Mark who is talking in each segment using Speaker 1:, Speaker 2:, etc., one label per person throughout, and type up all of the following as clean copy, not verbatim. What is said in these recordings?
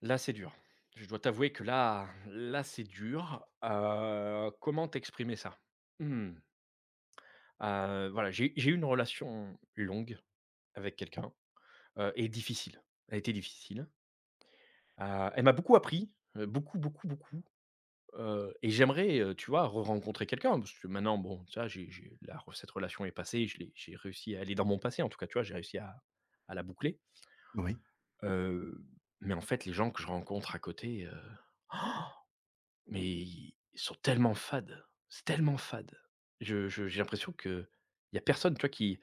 Speaker 1: Là, c'est dur. Je dois t'avouer que là, c'est dur. Comment t'exprimer ça? Mmh, voilà, j'ai eu une relation longue avec
Speaker 2: Mmh.
Speaker 1: quelqu'un, et difficile. Elle a été difficile. Elle m'a beaucoup appris, beaucoup, beaucoup, beaucoup, et j'aimerais, tu vois, re-rencontrer quelqu'un parce que maintenant, bon, ça, j'ai la re cette relation est passée, je l'ai j'ai réussi à aller dans mon passé, en tout cas, tu vois, j'ai réussi à la boucler.
Speaker 2: Oui,
Speaker 1: Heu, mais en fait, les gens que je rencontre à côté, heu Mais ils sont tellement fades, c'est tellement fade. Je j'ai l'impression que il y a personne, tu vois, qui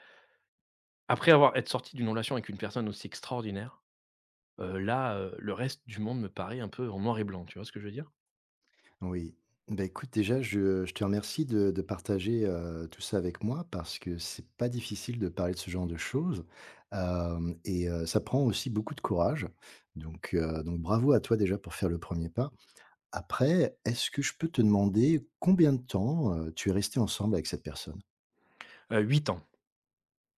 Speaker 1: après avoir être sorti d'une relation avec une personne aussi extraordinaire, là, le reste du monde me paraît un peu en noir et blanc, tu vois ce que je veux dire?
Speaker 2: oui. Bah, écoute, déjà, je te remercie de partager, tout ça avec moi parce que c'est pas difficile de parler de ce genre de choses, hem et ça prend aussi beaucoup de courage. Donc bravo à toi déjà pour faire le premier pas. Après, est-ce que je peux te demander combien de temps, tu es resté ensemble avec cette personne?
Speaker 1: 8 ans.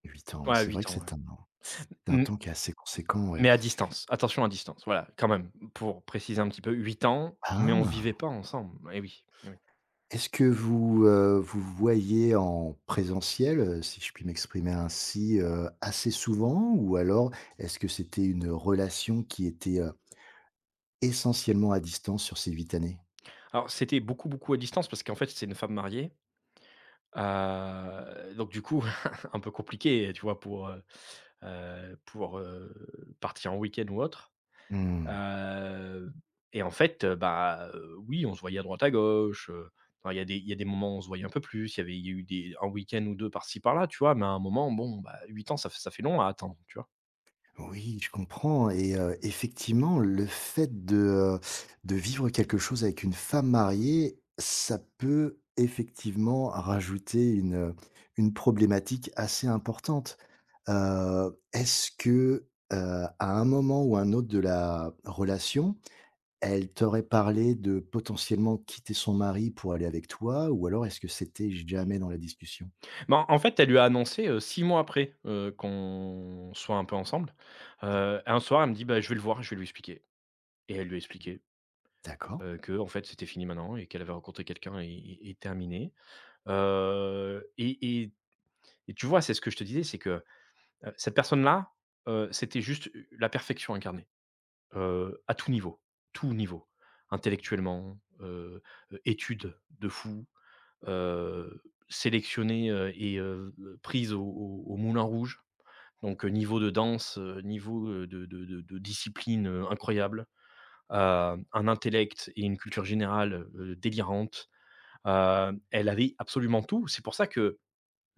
Speaker 2: 8 ans, oui,
Speaker 1: Ouais,
Speaker 2: c'est vrai
Speaker 1: 8
Speaker 2: que
Speaker 1: ans, ouais.
Speaker 2: c'est un temps
Speaker 1: Mmh,
Speaker 2: qui est assez conséquent, ouais.
Speaker 1: mais à distance, attention à distance, voilà, quand même, pour préciser un petit peu, 8 ans, mais on vivait
Speaker 2: Ah!
Speaker 1: pas ensemble. Eh oui, eh oui.
Speaker 2: Est-ce que vous, vous voyez en présentiel, si je puis m'exprimer ainsi, assez souvent? Ou alors est-ce que c'était une relation qui était, essentiellement à distance sur ces huit années?
Speaker 1: Alors, c'était beaucoup, beaucoup à distance parce qu'en fait, c'est une femme mariée. Donc du coup, un peu compliqué, tu vois, pour, partir en week-end ou autre.
Speaker 2: Mmh.
Speaker 1: Heu et en fait, bah, oui, on se voyait à droite à gauche, enfin, il y a des moments où on se voyait un peu plus, il y a eu des un week-end ou 2 par-ci par-là, tu vois? Mais à un moment, bon, bah, 8 ans, ça fait long à attendre, tu vois?
Speaker 2: Oui, je comprends et effectivement, le fait de vivre quelque chose avec une femme mariée, ça peut effectivement rajouter une problématique assez importante. Est-ce que, à un moment ou un autre de la relation, elle t'aurait parlé de potentiellement quitter son mari pour aller avec toi? Ou alors est-ce que c'était jamais dans la discussion?
Speaker 1: Mais en fait, elle lui a annoncé, 6 mois après, qu'on soit un peu ensemble. Un soir, elle me dit: «Bah, je vais le voir, je vais lui expliquer» et elle lui a expliqué.
Speaker 2: D'accord,
Speaker 1: Que en fait, c'était fini maintenant et qu'elle avait rencontré quelqu'un et et terminé. Heu et et et tu vois, c'est ce que je te disais, c'est que, cette personne-là, c'était juste la perfection incarnée, à tout niveau, tout niveau. Intellectuellement, études de fou, heu, sélectionnée, et prise au Moulin Rouge. Donc, niveau de danse, niveau, de discipline, incroyable. Heu, un intellect et une culture générale, délirante. Elle avait absolument tout. C'est pour ça que,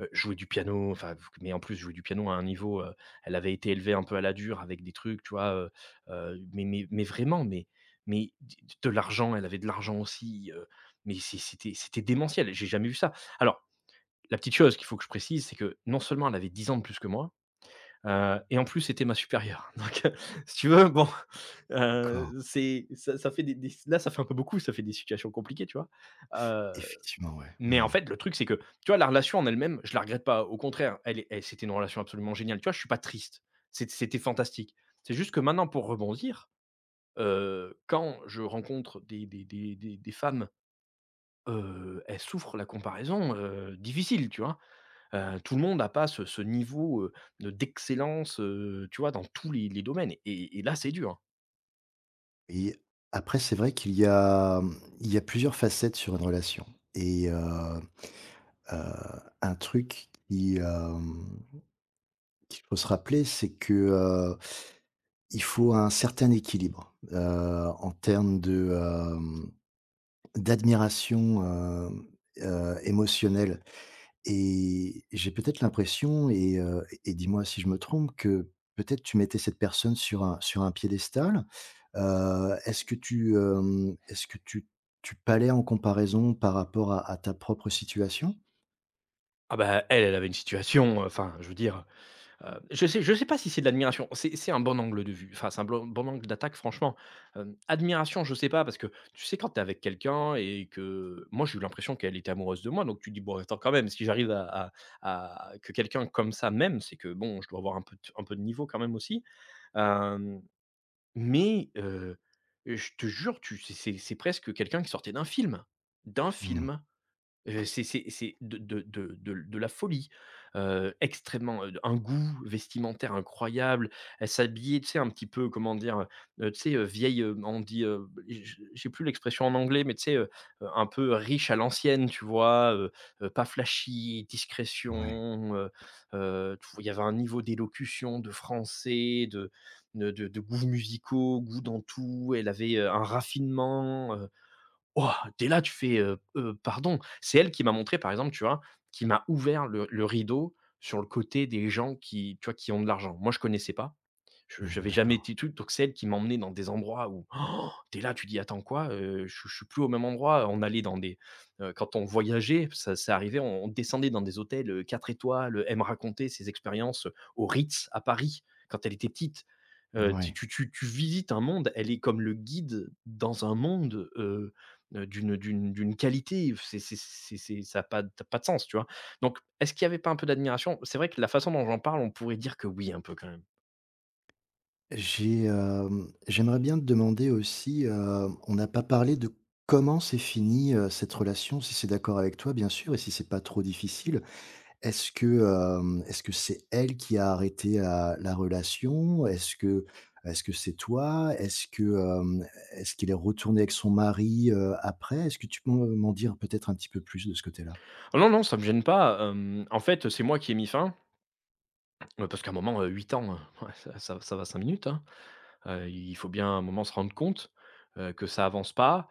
Speaker 1: jouer du piano, enfin, mais en plus jouer du piano à un niveau, elle avait été élevée un peu à la dure avec des trucs, tu vois? Mais vraiment, mais d de l'argent, elle avait de l'argent aussi, mais c'était c'était démentiel, j'ai jamais vu ça. Alors, la petite chose qu'il faut que je précise, c'est que non seulement elle avait 10 ans de plus que moi, et en plus c'était ma supérieure. Donc, si tu veux, bon,
Speaker 2: d'accord.
Speaker 1: c'est ça ça fait des là, ça fait un peu beaucoup, ça fait des situations compliquées, tu vois?
Speaker 2: Effectivement, ouais.
Speaker 1: Mais en
Speaker 2: Mmh.
Speaker 1: fait, le truc, c'est que, tu vois, la relation en elle-même, je la regrette pas. Au contraire, elle est elle c'était une relation absolument géniale. Tu vois, je suis pas triste. C'était fantastique. C'est juste que maintenant, pour rebondir, quand je rencontre des femmes, elles souffrent la comparaison, difficile, tu vois? Tout le monde n'a pas ce niveau, de d'excellence, tu vois, dans tous les domaines et là, c'est dur.
Speaker 2: Et après c'est vrai qu'il y a, mmh, il y a plusieurs facettes sur une relation et heu, un truc qui, qu'il faut se rappeler, c'est que, il faut un certain équilibre, en termes de, d'admiration, émotionnelle et j'ai peut-être l'impression et dis-moi si je me trompe que peut-être tu mettais cette personne sur un piédestal. Est-ce que tu, est-ce que tu palais en comparaison par rapport à ta propre situation?
Speaker 1: Ah bah, elle, elle avait une situation, enfin, je veux dire, heu, je sais pas si c'est de l'admiration. C'est un bon angle de vue, enfin, c'est un blanc bon angle d'attaque franchement. Hem, admiration, je sais pas parce que tu sais quand t'es avec quelqu'un et que moi j'ai eu l'impression qu'elle était amoureuse de moi donc tu te dis: «Bon attends quand même, si j'arrive à que quelqu'un comme ça m'aime, c'est que bon je dois avoir un peu de niveau quand même aussi». Hem, mais je te jure tu c'est presque quelqu'un qui sortait d'un film, d'un
Speaker 2: Mmh,
Speaker 1: film. C'est de la folie, extrêmement, un goût vestimentaire incroyable. Elle s'habillait, tu sais, un petit peu, comment dire? Tu sais, vieille, on dit, j'ai plus l'expression en anglais, mais tu sais, un peu riche à l'ancienne, tu vois? Pas flashy,
Speaker 2: ouais,
Speaker 1: discrétion, tu vois, il y avait un niveau d'élocution, de français, de goûts musicaux, goût dans tout. Elle avait, un raffinement. Ouah, dès là, tu fais, «Pardon». C'est elle qui m'a montré, par exemple, tu vois, qui m'a ouvert le rideau sur le côté des gens qui, tu vois, qui ont de l'argent. Moi, je connaissais pas je
Speaker 2: mmh,
Speaker 1: n'avais jamais
Speaker 2: d'accord.
Speaker 1: été trucs, donc c'est elle qui m'emmenait dans des endroits où tu es là, tu dis: «Attends quoi? Je suis plus au même endroit». On allait dans des, quand on voyageait, ça arrivait, on descendait dans des hôtels, 4 étoiles, elle me racontait ses expériences, au Ritz à Paris quand elle était petite.
Speaker 2: Ouais.
Speaker 1: Tu visites un monde, elle est comme le guide dans un monde, d'une qualité, c'est ça a pas de sens, tu vois? Donc est-ce qu'il y avait pas un peu d'admiration? C'est vrai que la façon dont j'en parle, on pourrait dire que oui, un peu quand même.
Speaker 2: J'ai, j'aimerais bien te demander aussi, on n'a pas parlé de comment s'est finie, cette relation, si c'est d'accord avec toi bien sûr et si c'est pas trop difficile. Est-ce que, est-ce que c'est elle qui a arrêté, la relation? Est-ce que c'est toi? Est-ce que, est-ce qu'il est retourné avec son mari, après? Est-ce que tu peux m'en dire peut-être un petit peu plus de ce côté-là?
Speaker 1: Oh non, non, ça me gêne pas, hem, en fait, c'est moi qui ai mis fin, parce qu'à un moment, 8 ans, ouais, ça va 5 minutes, hein. Il faut bien, à un moment, se rendre compte, que ça avance pas.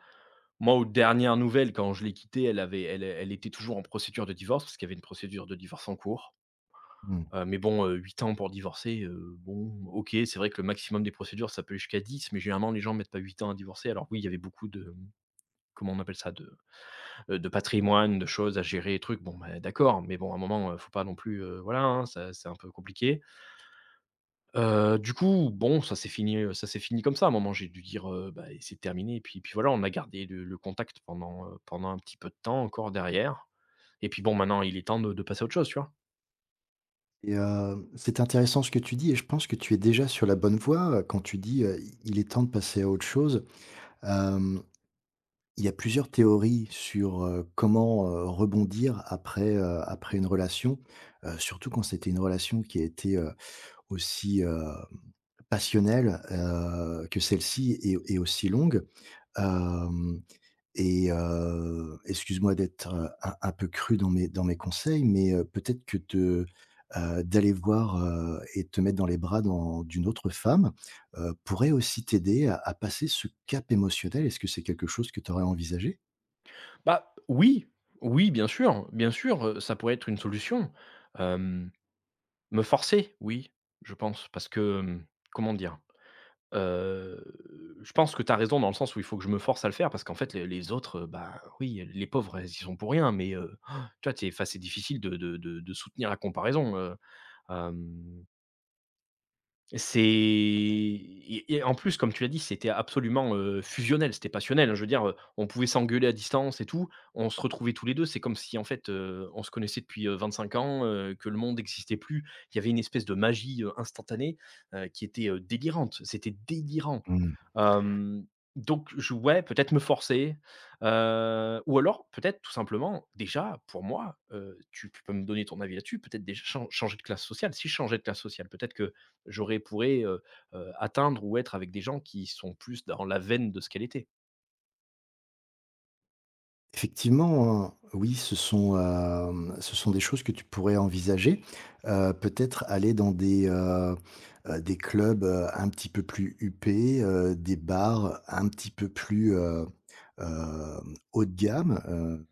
Speaker 1: Moi, aux dernières nouvelles, quand je l'ai quittée, elle avait elle elle était toujours en procédure de divorce, parce qu'il y avait une procédure de divorce en cours.
Speaker 2: Mmh
Speaker 1: Mais bon, 8 ans pour divorcer, bon, OK, c'est vrai que le maximum des procédures, ça peut aller jusqu'à 10 mais généralement, les gens mettent pas 8 ans à divorcer. Alors oui, il y avait beaucoup de, comment on appelle ça? De patrimoine, de choses à gérer et trucs, bon, bah, d'accord, mais bon, à un moment, faut pas non plus, voilà, hein, ça c'est un peu compliqué. Du coup, bon, ça s'est fini comme ça. À un moment, j'ai dû dire, «Bah, et c'est terminé» et puis voilà, on a gardé le contact pendant, pendant un petit peu de temps encore derrière et puis bon, maintenant, il est temps de passer à autre chose, tu vois?
Speaker 2: et c'est intéressant ce que tu dis et je pense que tu es déjà sur la bonne voie, quand tu dis, «Il est temps de passer à autre chose». Hem, il y a plusieurs théories sur, comment, rebondir après, après une relation, surtout quand c'était une relation qui a été, aussi, passionnelle, que celle-ci et aussi longue, hem et excuse-moi d'être, un peu cru dans mes conseils, mais peut-être que de, d'aller voir, et te mettre dans les bras dans d'une autre femme, pourrait aussi t'aider à passer ce cap émotionnel. Est-ce que c'est quelque chose que tu aurais envisagé?
Speaker 1: Bah, oui, oui, bien sûr, ça pourrait être une solution. Hem, me forcer, oui, je pense, parce que, hem, comment dire? Heu, je pense que tu as raison dans le sens où il faut que je me force à le faire parce qu'en fait les autres, bah, oui, les pauvres, elles y sont pour rien mais tu vois? Tu es enfin, c'est difficile de soutenir la comparaison, hem c'est et en plus, comme tu l'as dit, c'était absolument, fusionnel, c'était passionnel, hein. Je veux dire, on pouvait s'engueuler à distance et tout. On se retrouvait tous les deux. C'est comme si, en fait, on se connaissait depuis, 25 ans, que le monde n'existait plus. Il y avait une espèce de magie, instantanée, qui était, délirante. C'était délirant. Hem, donc je ouais, peut-être me forcer, ou alors peut-être, tout simplement, déjà, pour moi, tu peux me donner ton avis là-dessus, peut-être déjà changer de classe sociale. Si je changeais de classe sociale, peut-être que j'aurais pourrais, atteindre ou être avec des gens qui sont plus dans la veine de ce qu'elle était.
Speaker 2: Effectivement, hein, oui, ce sont, ce sont des choses que tu pourrais envisager. Peut-être aller dans des clubs, un petit peu plus huppés, des bars un petit peu plus, hem, haut de gamme,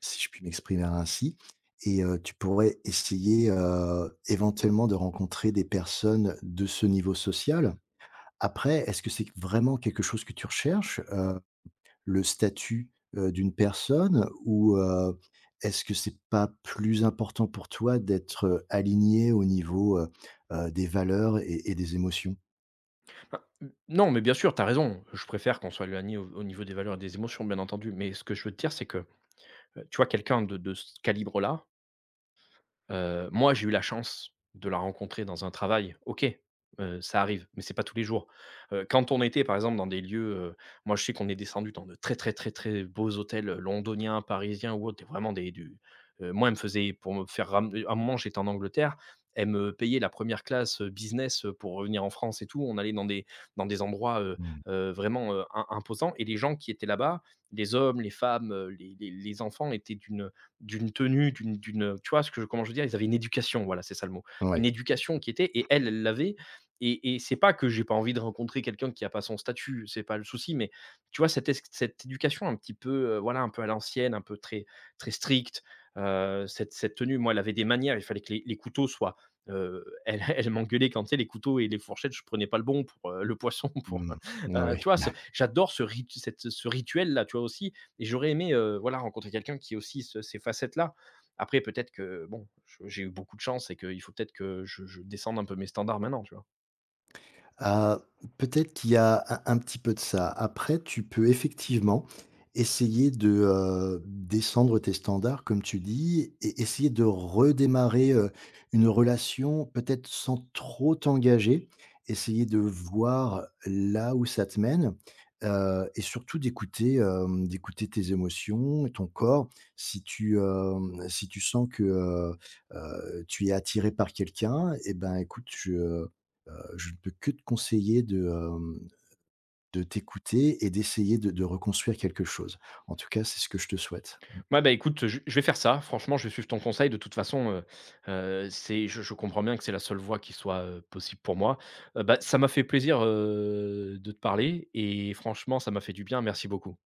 Speaker 2: si je puis m'exprimer ainsi et tu pourrais essayer, éventuellement de rencontrer des personnes de ce niveau social. Après, est-ce que c'est vraiment quelque chose que tu recherches? Le statut, d'une personne ou, est-ce que c'est pas plus important pour toi d'être, aligné au niveau, des valeurs et des émotions?
Speaker 1: Bah, non, mais bien sûr, tu as raison, je préfère qu'on soit aligné au niveau des valeurs et des émotions, bien entendu, mais ce que je veux te dire, c'est que, tu vois, quelqu'un de ce calibre-là, heu, moi, j'ai eu la chance de la rencontrer dans un travail, OK, ça arrive, mais c'est pas tous les jours. Quand on était, par exemple, dans des lieux, moi, je sais qu'on est descendu dans de très, très, très, très beaux hôtels, londoniens, parisiens ou autres. Et vraiment des du moi, elle me faisait pour me faire ram à un moment, j'étais en Angleterre, elle me payait la première classe, business, pour revenir en France et tout. On allait dans des endroits,
Speaker 2: Mmh.
Speaker 1: vraiment, im imposants et les gens qui étaient là-bas, les hommes, les femmes, les enfants étaient d'une, d'une tenue, d'une tu vois ce que je, comment je veux dire? Ils avaient une éducation, voilà, c'est ça le mot. Une
Speaker 2: Ouais.
Speaker 1: éducation qui était et elle, elle l'avait et c'est pas que j'ai pas envie de rencontrer quelqu'un qui a pas son statut, c'est pas le souci, mais tu vois cette es cette éducation un petit peu, voilà, un peu à l'ancienne, un peu très très stricte, cette tenue, moi, elle avait des manières, il fallait que les couteaux soient, elle elle m'engueulait quand, tu sais, les couteaux et les fourchettes, je prenais pas le bon pour, le poisson pour,
Speaker 2: Mmh. Ouais.
Speaker 1: tu vois? Ce J'adore ce rituel-là, tu vois aussi? Et j'aurais aimé, voilà, rencontrer quelqu'un qui ait aussi ce ces facettes-là. Après peut-être que, bon, je j'ai eu beaucoup de chance et qu'il faut peut-être que je descende un peu mes standards maintenant, tu vois?
Speaker 2: Heu, peut-être qu'il y a un petit peu de ça. Après, tu peux effectivement essayer de, descendre tes standards, comme tu dis, et essayer de redémarrer, une relation, peut-être sans trop t'engager. Essayer de voir là où ça te mène, et surtout d'écouter, d'écouter tes émotions et ton corps. Si tu, si tu sens que, tu es attiré par quelqu'un, et ben, écoute, Heu, je ne peux que te conseiller de, de t'écouter et d'essayer de reconstruire quelque chose. En tout cas, c'est ce que je te souhaite.
Speaker 1: Ouais, bah, écoute, je vais faire ça. Franchement, je vais suivre ton conseil. De toute façon, c'est je comprends bien que c'est la seule voie qui soit, possible pour moi. Bah, ça m'a fait plaisir, de te parler et franchement, ça m'a fait du bien. Merci beaucoup.